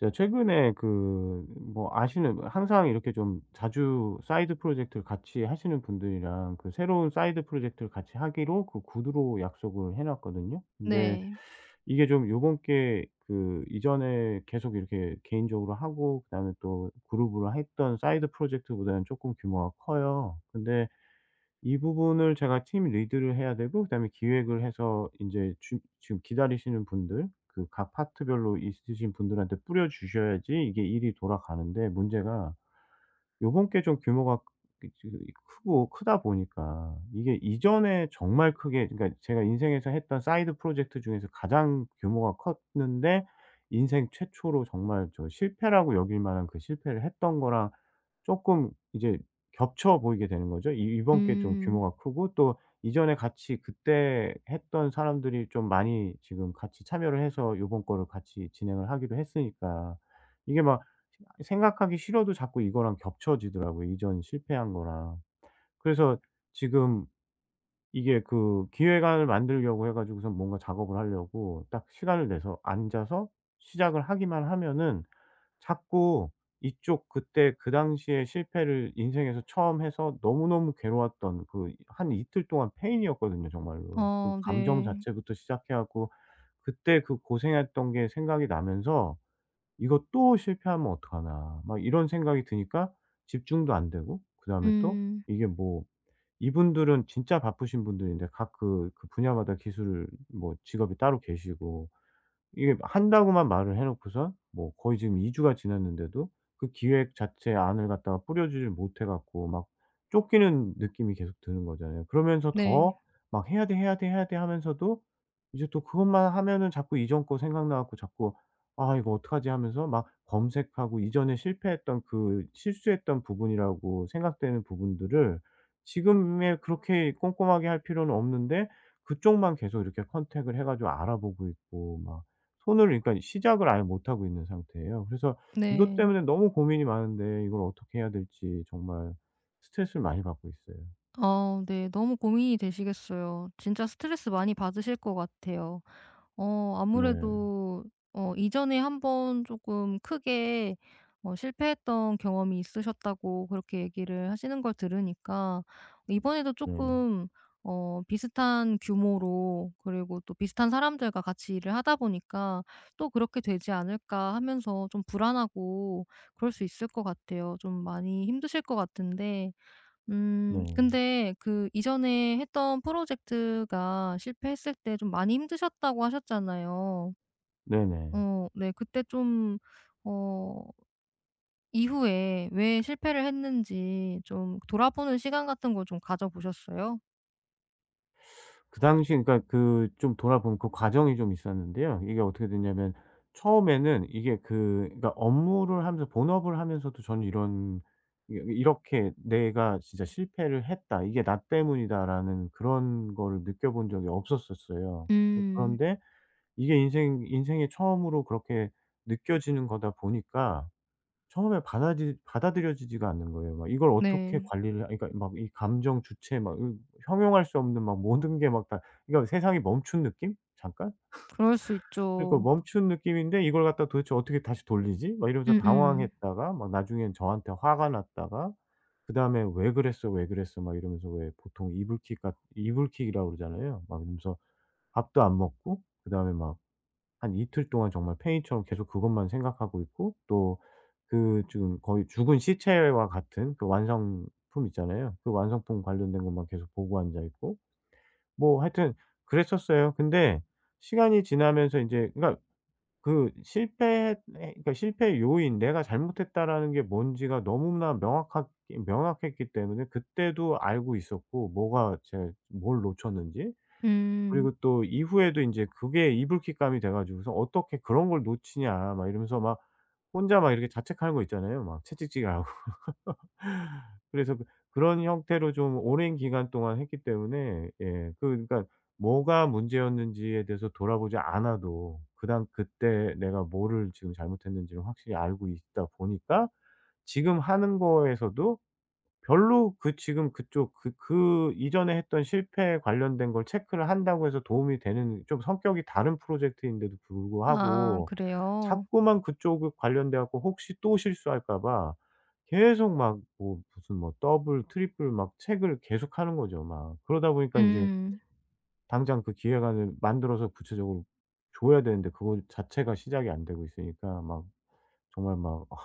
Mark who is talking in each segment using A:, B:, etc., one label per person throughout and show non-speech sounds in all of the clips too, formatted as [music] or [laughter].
A: 제가 최근에 그 뭐 아시는, 항상 이렇게 좀 자주 사이드 프로젝트를 같이 하시는 분들이랑 그 새로운 사이드 프로젝트를 같이 하기로 그 구두로 약속을 해 놨거든요. 근데
B: 네.
A: 이게 좀 요번 게 그 이전에 계속 이렇게 개인적으로 하고 그다음에 또 그룹으로 했던 사이드 프로젝트보다는 쪼끔 규모가 커요. 근데 이 부분을 제가 팀 리드를 해야 되고, 그다음에 기획을 해서 인제 주 지금 기다리시는 분들, 그 각 파트별로 있으신 분들한테 뿌려 주셔야지 이게 일이 돌아가는데, 문제가 요번 게 좀 규모가 크- 크고, 크다 보니까 이게 이전에 정말 크게, 그러니까 제가 인생에서 했던 사이드 프로젝트 중에서 가장 규모가 컸는데, 인생 최초로 정말 저 실패라고 여길 만한 그 실패를 했던 거랑 쪼끔 이제 겹쳐 보이게 되는 거죠. 이 이번 게 좀
B: 음.
A: 규모가 크고, 또 이전에 같이 그때 했던 사람들이 좀 많이 지금 같이 참여를 해서 요번 거를 같이 진행을 하기로 했으니까 이게 막 생각하기 싫어도 자꾸 이거랑 겹쳐지더라고요, 이전 실패한 거랑. 그래서 지금 이게 그 기획안을 만들려고 해 가지고선 뭔가 작업을 하려고 딱 시간을 내서 앉아서 시작을 하기만 하면은 자꾸 이쪽 그때 그 당시에 실패를 인생에서 처음 해서 너무너무 괴로웠던, 그 한 이틀 동안 페인이었거든요, 정말로. 그 감정
B: 네.
A: 자체부터 시작해 갖고 그때 그 고생했던 게 생각이 나면서 '이거 또 실패하면 어떡하나.' 막 이런 생각이 드니까 집중도 안 되고, 그다음에 또
B: 음.
A: 이게 뭐 이분들은 진짜 바쁘신 분들인데, 각 그 분야마다 기술 뭐 직업이 따로 계시고, 이게 한다고만 말을 해 놓고서 뭐 거의 지금 2주 주가 지났는데도 그 기획 자체 안을 갖다가 뿌려주질 못해 갖고 막 쫓기는 느낌이 계속 드는 거잖아요. 그러면서
B: 네.
A: 더 막 '해야 돼, 해야 돼, 해야 돼.' 하면서도 이제 또 그것만 하면은 자꾸 이전 거 생각나 갖고 자꾸 '아, 이거 어떡하지?' 하면서 막 검색하고, 이전에 실패했던 그 실수했던 부분이라고 생각되는 부분들을 지금에 그렇게 꼼꼼하게 할 필요는 없는데 그쪽만 계속 이렇게 컨택을 해 가지고 알아보고 있고, 막 손을, 그러니까 시작을 아예 못 하고 있는 상태예요. 그래서 이것
B: 네.
A: 때문에 너무 고민이 많은데 이걸 어떻게 해야 될지 정말 스트레스를 많이 받고 있어요.
B: 네. 너무 고민이 되시겠어요. 진짜 스트레스 많이 받으실 것 같아요.
A: 네.
B: 아무래도 이전에 한번 조금 크게 실패했던 경험이 있으셨다고 그렇게 얘기를 하시는 걸 들으니까 이번에도
A: 네.
B: 조금 비슷한 규모로 그리고 또 비슷한 사람들과 같이 일을 하다 보니까 '또 그렇게 되지 않을까.' 하면서 좀 불안하고 그럴 수 있을 것 같아요. 좀 많이 힘드실 것 같은데
A: 네.
B: 근데 그 이전에 했던 프로젝트가 실패했을 때 좀 많이 힘드셨다고 하셨잖아요.
A: 네네.
B: 네. 그때 좀 어 이후에 왜 실패를 했는지 좀 돌아보는 시간 같은 거 좀 가져 보셨어요?
A: 그 당시, 그러니까 그 좀 돌아보면 그 과정이 좀 있었는데요. 이게 어떻게 됐냐면 처음에는 이게 그, 그러니까 업무를 하면서, 본업을 하면서도 저는 이런, 이 이렇게 '내가 진짜 실패를 했다. 이게 나 때문이다.'라는 그런 거를 느껴본 적이 없었었어요. 그
B: 음.
A: 그런데 이게 인생의 처음으로 그렇게 느껴지는 거다 보니까 처음에 받아들여지지가 않는 거예요. 막 이걸 어떻게
B: 네.
A: 관리를 하, 그러니까 막 이 감정 주체, 막 형용할 수 없는, 막 모든 게 막 다, 그러니까 세상이 멈춘 느낌? 잠깐?
B: 그럴 수
A: 그러니까
B: 있죠.
A: 멈춘 느낌인데 '이걸 갖다 도대체 어떻게 다시 돌리지?' 막 이러면서
B: 음음.
A: 당황했다가, 막 나중엔 저한테 화가 났다가 그다음에 "왜 그랬어? 왜 그랬어?" 막 이러면서, 왜 보통 이불킥이라고 그러잖아요. 막 이러면서 밥도 안 먹고 그다음에 막 한 이틀 동안 정말 팽이처럼 계속 그것만 생각하고 있고, 또 그 지금 거의 죽은 시체와 같은 그 완성품 있잖아요. 그 완성품 관련된 것만 계속 보고 앉아 있고, 뭐 하여튼 그랬었어요. 근데 시간이 지나면서 인제, 그러니까 그 실패, 그러니까 실패의 요인, '내가 잘못했다.'라는 게 뭔지가 너무나 명확하게, 명확했기 때문에 그때도 알고 있었고, 뭐가 제가 뭘 놓쳤는지.
B: 음.
A: 그리고 또 이후에도 인제 그게 이불킥감이 돼 가지고서 '어떻게 그런 걸 놓치냐.' 막 이러면서 막 혼자 막 이렇게 자책하는 거 있잖아요. 막 채찍질하고. [laughs] 그래서 그 그런 형태로 좀 오랜 기간 동안 했기 때문에, 예, 그, 그러니까 뭐가 문제였는지에 대해서 돌아보지 않아도 그당 그때 내가 뭐를 지금 잘못했는지를 확실히 알고 있다 보니까 지금 하는 거에서도 별로 그 지금 그쪽 그 이전에 했던 실패에 관련된 걸 체크를 한다고 해서 도움이 되는, 좀 성격이 다른 프로젝트인데도
B: 음. 아
A: 불구하고
B: 그래요?
A: 자꾸만 그쪽에 관련돼 갖고 혹시 또 실수할까 봐 계속 막 뭐 무슨 뭐 더블 트리플 막 체크를 계속하는 거죠, 막. 그러다 보니까 인제
B: 음.
A: 당장 그 기획안을 만들어서 구체적으로 줘야 되는데 그거 자체가 시작이 안 되고 있으니까, 막 정말 막, 아,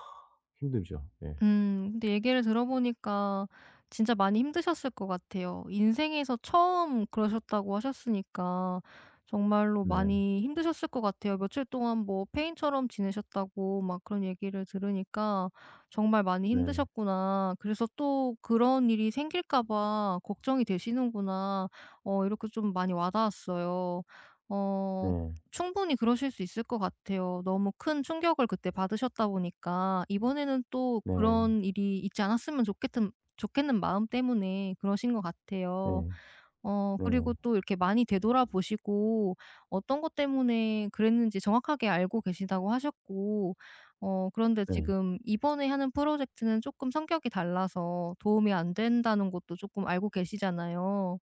A: 힘들죠. 네.
B: 근데 얘기를 들어보니까 진짜 많이 힘드셨을 것 같아요. 인생에서 처음 그러셨다고 하셨으니까 정말로
A: 네.
B: 많이 힘드셨을 것 같아요. 며칠 동안 뭐 페인처럼 지내셨다고 막 그런 얘기를 들으니까 '정말 많이
A: 네.
B: 힘드셨구나. 그래서 또 그런 일이 생길까 봐 걱정이 되시는구나.' 이렇게 좀 많이 와 닿았어요. 어
A: 네.
B: 충분히 그러실 수 있을 것 같아요. 너무 큰 충격을 그때 받으셨다 보니까 이번에는 또
A: 네.
B: 그런 일이 있지 않았으면 좋겠은 좋겠는 마음 때문에 그러신 것 같아요.
A: 네.
B: 그리고
A: 네.
B: 또 이렇게 많이 되돌아보시고 어떤 것 때문에 그랬는지 정확하게 알고 계시다고 하셨고 그런데
A: 네.
B: 지금 이번에 하는 프로젝트는 조금 성격이 달라서 도움이 안 된다는 것도 조금 알고 계시잖아요.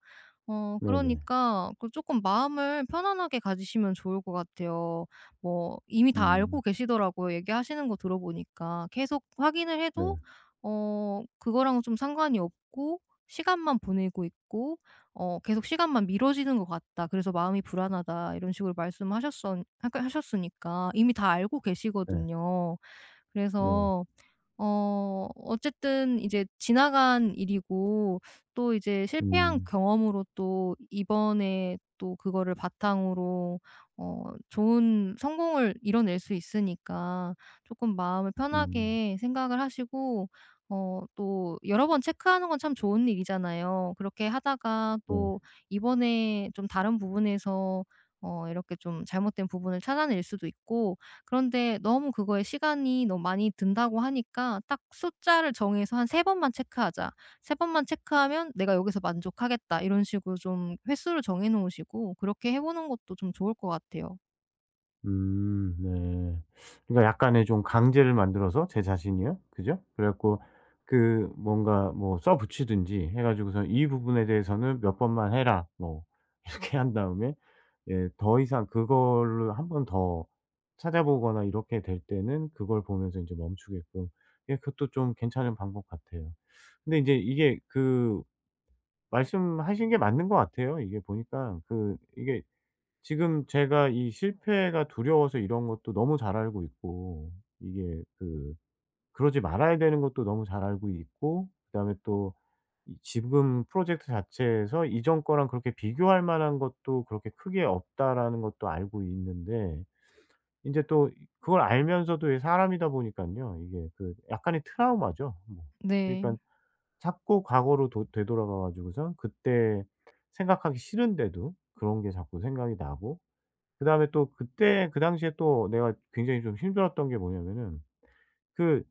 A: 네네.
B: 그러니까 그금 마음을 편안하게 가지시면 좋을 것 같아요. 뭐 이미 다 알고
A: 음.
B: 계시더라고요, 얘기하시는 거 들어보니까. 계속 확인을 해도
A: 네.
B: 그거랑은 좀 상관이 없고 시간만 보내고 있고 계속 시간만 미뤄지는 것 같다. 그래서 마음이 불안하다. 이런 식으로 말씀하셨 하셨으니까 이미 다 알고
A: 네.
B: 계시거든요.
A: 네.
B: 그래서 어쨌든 이제 지나간 일이고 또 이제 실패한
A: 음.
B: 경험으로 또 이번에 또 그거를 바탕으로 좋은 성공을 이뤄낼 수 있으니까 조금 마음을
A: 음.
B: 편하게 생각을 하시고 또 여러 번 체크하는 건 참 좋은 일이잖아요. 그렇게 하다가
A: 네.
B: 또 이번에 좀 다른 부분에서 이렇게 좀 잘못된 부분을 찾아낼 수도 있고 그런데 너무 그거에 시간이 너무 많이 든다고 하니까 딱 숫자를 정해서 한 세 번만 체크하자. 세 번만 체크하면 '내가 여기서 만족하겠다.' 이런 식으로 좀 횟수를 정해 놓으시고 그렇게 해 보는 것도 좀 좋을 것 같아요.
A: 음. 네. 그러니까 약간의 좀 강제를 만들어서 제 자신이요. 그죠? 그래 갖고 그 뭔가 뭐 써 붙이든지 해 가지고서 "이 부분에 대해서는 몇 번만 해라." 뭐 [laughs] 이렇게 한 다음에 예 더 이상 그걸로 한 번 더 찾아보거나 이렇게 될 때는 그걸 보면서 이제 멈추게끔. 예, 그것도 좀 괜찮은 방법 같아요. 근데 이제 이게 그 말씀하신 게 맞는 것 같아요. 이게 보니까 그 이게 지금 제가 이 실패가 두려워서 이런 것도 너무 잘 알고 있고, 이게 그 그러지 말아야 되는 것도 너무 잘 알고 있고, 그다음에 또 이 지금 프로젝트 자체에서 이전 거랑 그렇게 비교할 만한 것도 그렇게 크게 없다라는 것도 알고 있는데, 인제 또 이 그걸 알면서도 이 사람이다 보니깐요, 이게 그 약간의 트라우마죠, 뭐.
B: 네.
A: 그러니깐 자꾸 과거로 도 되돌아가 가지고서 그때 생각하기 싫은데도 그런 게 자꾸 생각이 나고, 그다음에 또 그때 그 당시에 또 내가 굉장히 좀 힘들었던 게 뭐냐면은 그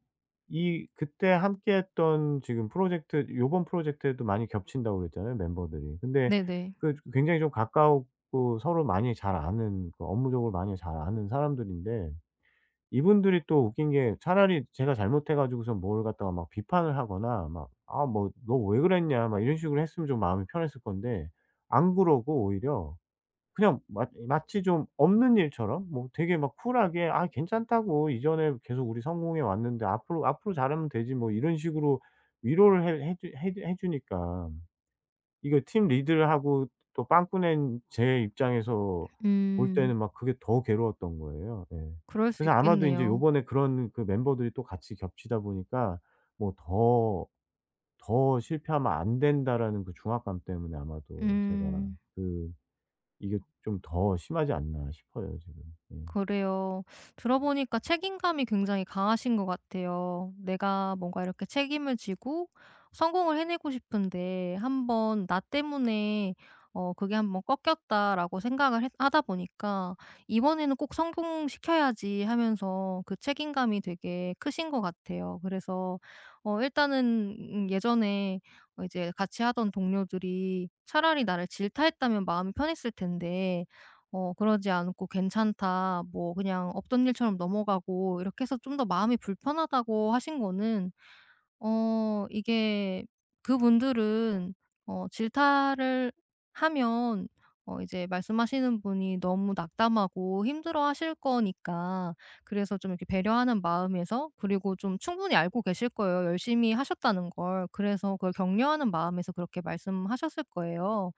A: 이 그때 함께 했던 지금 프로젝트, 요번 프로젝트에도 많이 겹친다고 그랬잖아요, 멤버들이. 근데
B: 네네.
A: 그 굉장히 좀 가까웠고 서로 많이 잘 아는, 그 업무적으로 많이 잘 아는 사람들인데, 이분들이 또 웃긴 게 차라리 제가 잘못해 가지고서 뭘 갖다가 막 비판을 하거나 막 "아 뭐 너 왜 그랬냐." 막 이런 식으로 했으면 좀 마음이 편했을 건데, 안 그러고 오히려 그냥 마 마치 좀 없는 일처럼, 뭐 되게 막 쿨하게 "아 괜찮다고. 이전에 계속 우리 성공해 왔는데 앞으로, 앞으로 잘하면 되지." 뭐 이런 식으로 위로를 해 해주 해 해 주니까 이게 팀 리드를 하고 또 빵꾸낸 제 입장에서 볼
B: 음.
A: 때는 막 그게 더 괴로웠던 거예요. 예.
B: 그럴 수
A: 그래서 아마도 인제
B: 있겠네요.
A: 요번에 그런 그 멤버들이 또 같이 겹치다 보니까 뭐 더, '더 실패하면 안 된다.'라는 그 중압감 때문에 아마도 제가
B: 음.
A: 그 이게 좀 더 심하지 않나 싶어요 지금. 예.
B: 그래요. 들어보니까 책임감이 굉장히 강하신 것 같아요. 내가 뭔가 이렇게 책임을 지고 성공을 해내고 싶은데 한번 나 때문에 그게 한번 꺾였다라고 생각을 하다 보니까 이번에는 꼭 성공시켜야지 하면서 그 책임감이 되게 크신 것 같아요. 그래서 일단은 예전에 이제 같이 하던 동료들이 차라리 나를 질타했다면 마음이 편했을 텐데 그러지 않고 "괜찮다." 뭐 그냥 없던 일처럼 넘어가고 이렇게 해서 좀 더 마음이 불편하다고 하신 거는 이게 그분들은 질타를 하면 이제 말씀하시는 분이 너무 낙담하고 힘들어하실 거니까 그래서 좀 이렇게 배려하는 마음에서 그리고 좀 충분히 알고 계실 거예요 열심히 하셨다는 걸. 그래서 그걸 격려하는 마음에서 그렇게 말씀하셨을 거예요.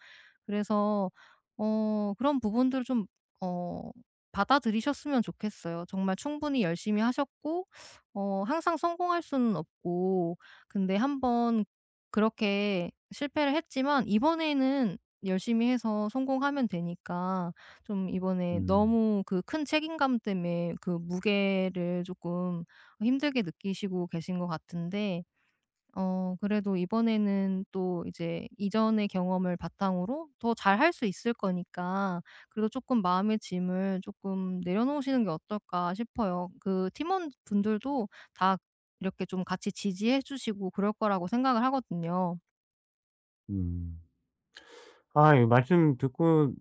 B: 그래서 그런 부분들을 좀 어 받아들이셨으면 좋겠어요. 정말 충분히 열심히 하셨고 항상 성공할 수는 없고 근데 한 번 그렇게 실패를 했지만 이번에는 열심히 해서 성공하면 되니까 좀 이번에
A: 음.
B: 너무 그 큰 책임감 때문에 그 무게를 조금 힘들게 느끼시고 계신 것 같은데 그래도 이번에는 또 이제 이전의 경험을 바탕으로 더 잘할 수 있을 거니까 그래도 조금 마음의 짐을 조금 내려놓으시는 게 어떨까 싶어요. 그 팀원분들도 다 이렇게 좀 같이 지지해 주시고 그럴 거라고 생각을 하거든요.
A: 음. 아, 이 말씀 듣고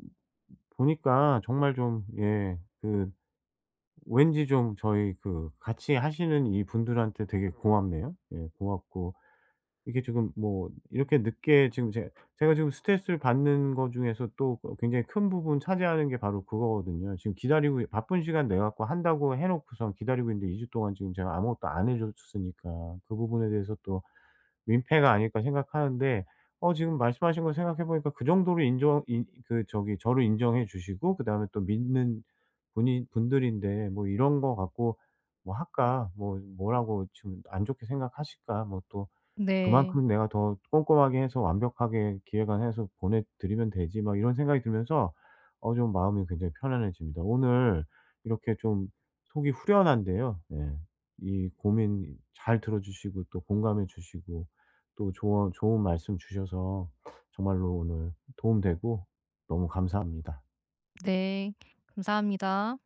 A: 보니까 정말 좀예그 왠지 좀 저희 그 같이 하시는 이 분들한테 되게 고맙네요. 예, 고맙고 이게 지금 뭐 이렇게 늦게 지금 제 제가 지금 스트레스를 받는 거 중에서 또 어 굉장히 큰 부분 차지하는 게 바로 그거거든요. 지금 기다리고 바쁜 시간 내 갖고 한다고 해 놓고선 기다리고 있는데 2주 동안 지금 제가 아무것도 안 해 줬으니까 그 부분에 대해서 또 민폐가 아닐까 생각하는데, 어 지금 말씀하신 걸 생각해 보니까 그 정도로 인정, 인 그 저기 저를 인정해 주시고 그다음에 또 믿는 분이 분들인데 뭐 이런 거 갖고 뭐 할까, 뭐 뭐라고 지금 안 좋게 생각하실까, 뭐 또
B: 네.
A: 그만큼 내가 더 꼼꼼하게 해서 완벽하게 기획안해서 보내 드리면 되지, 막 이런 생각이 들면서 어 좀 마음이 굉장히 편안해집니다, 오늘. 이렇게 좀 속이 후련한데요. 예. 이 고민 잘 들어 주시고 또 공감해 주시고 또 조언 좋은 말씀 주셔서 정말로 오늘 도움되고 너무 감사합니다.
B: 네. 감사합니다.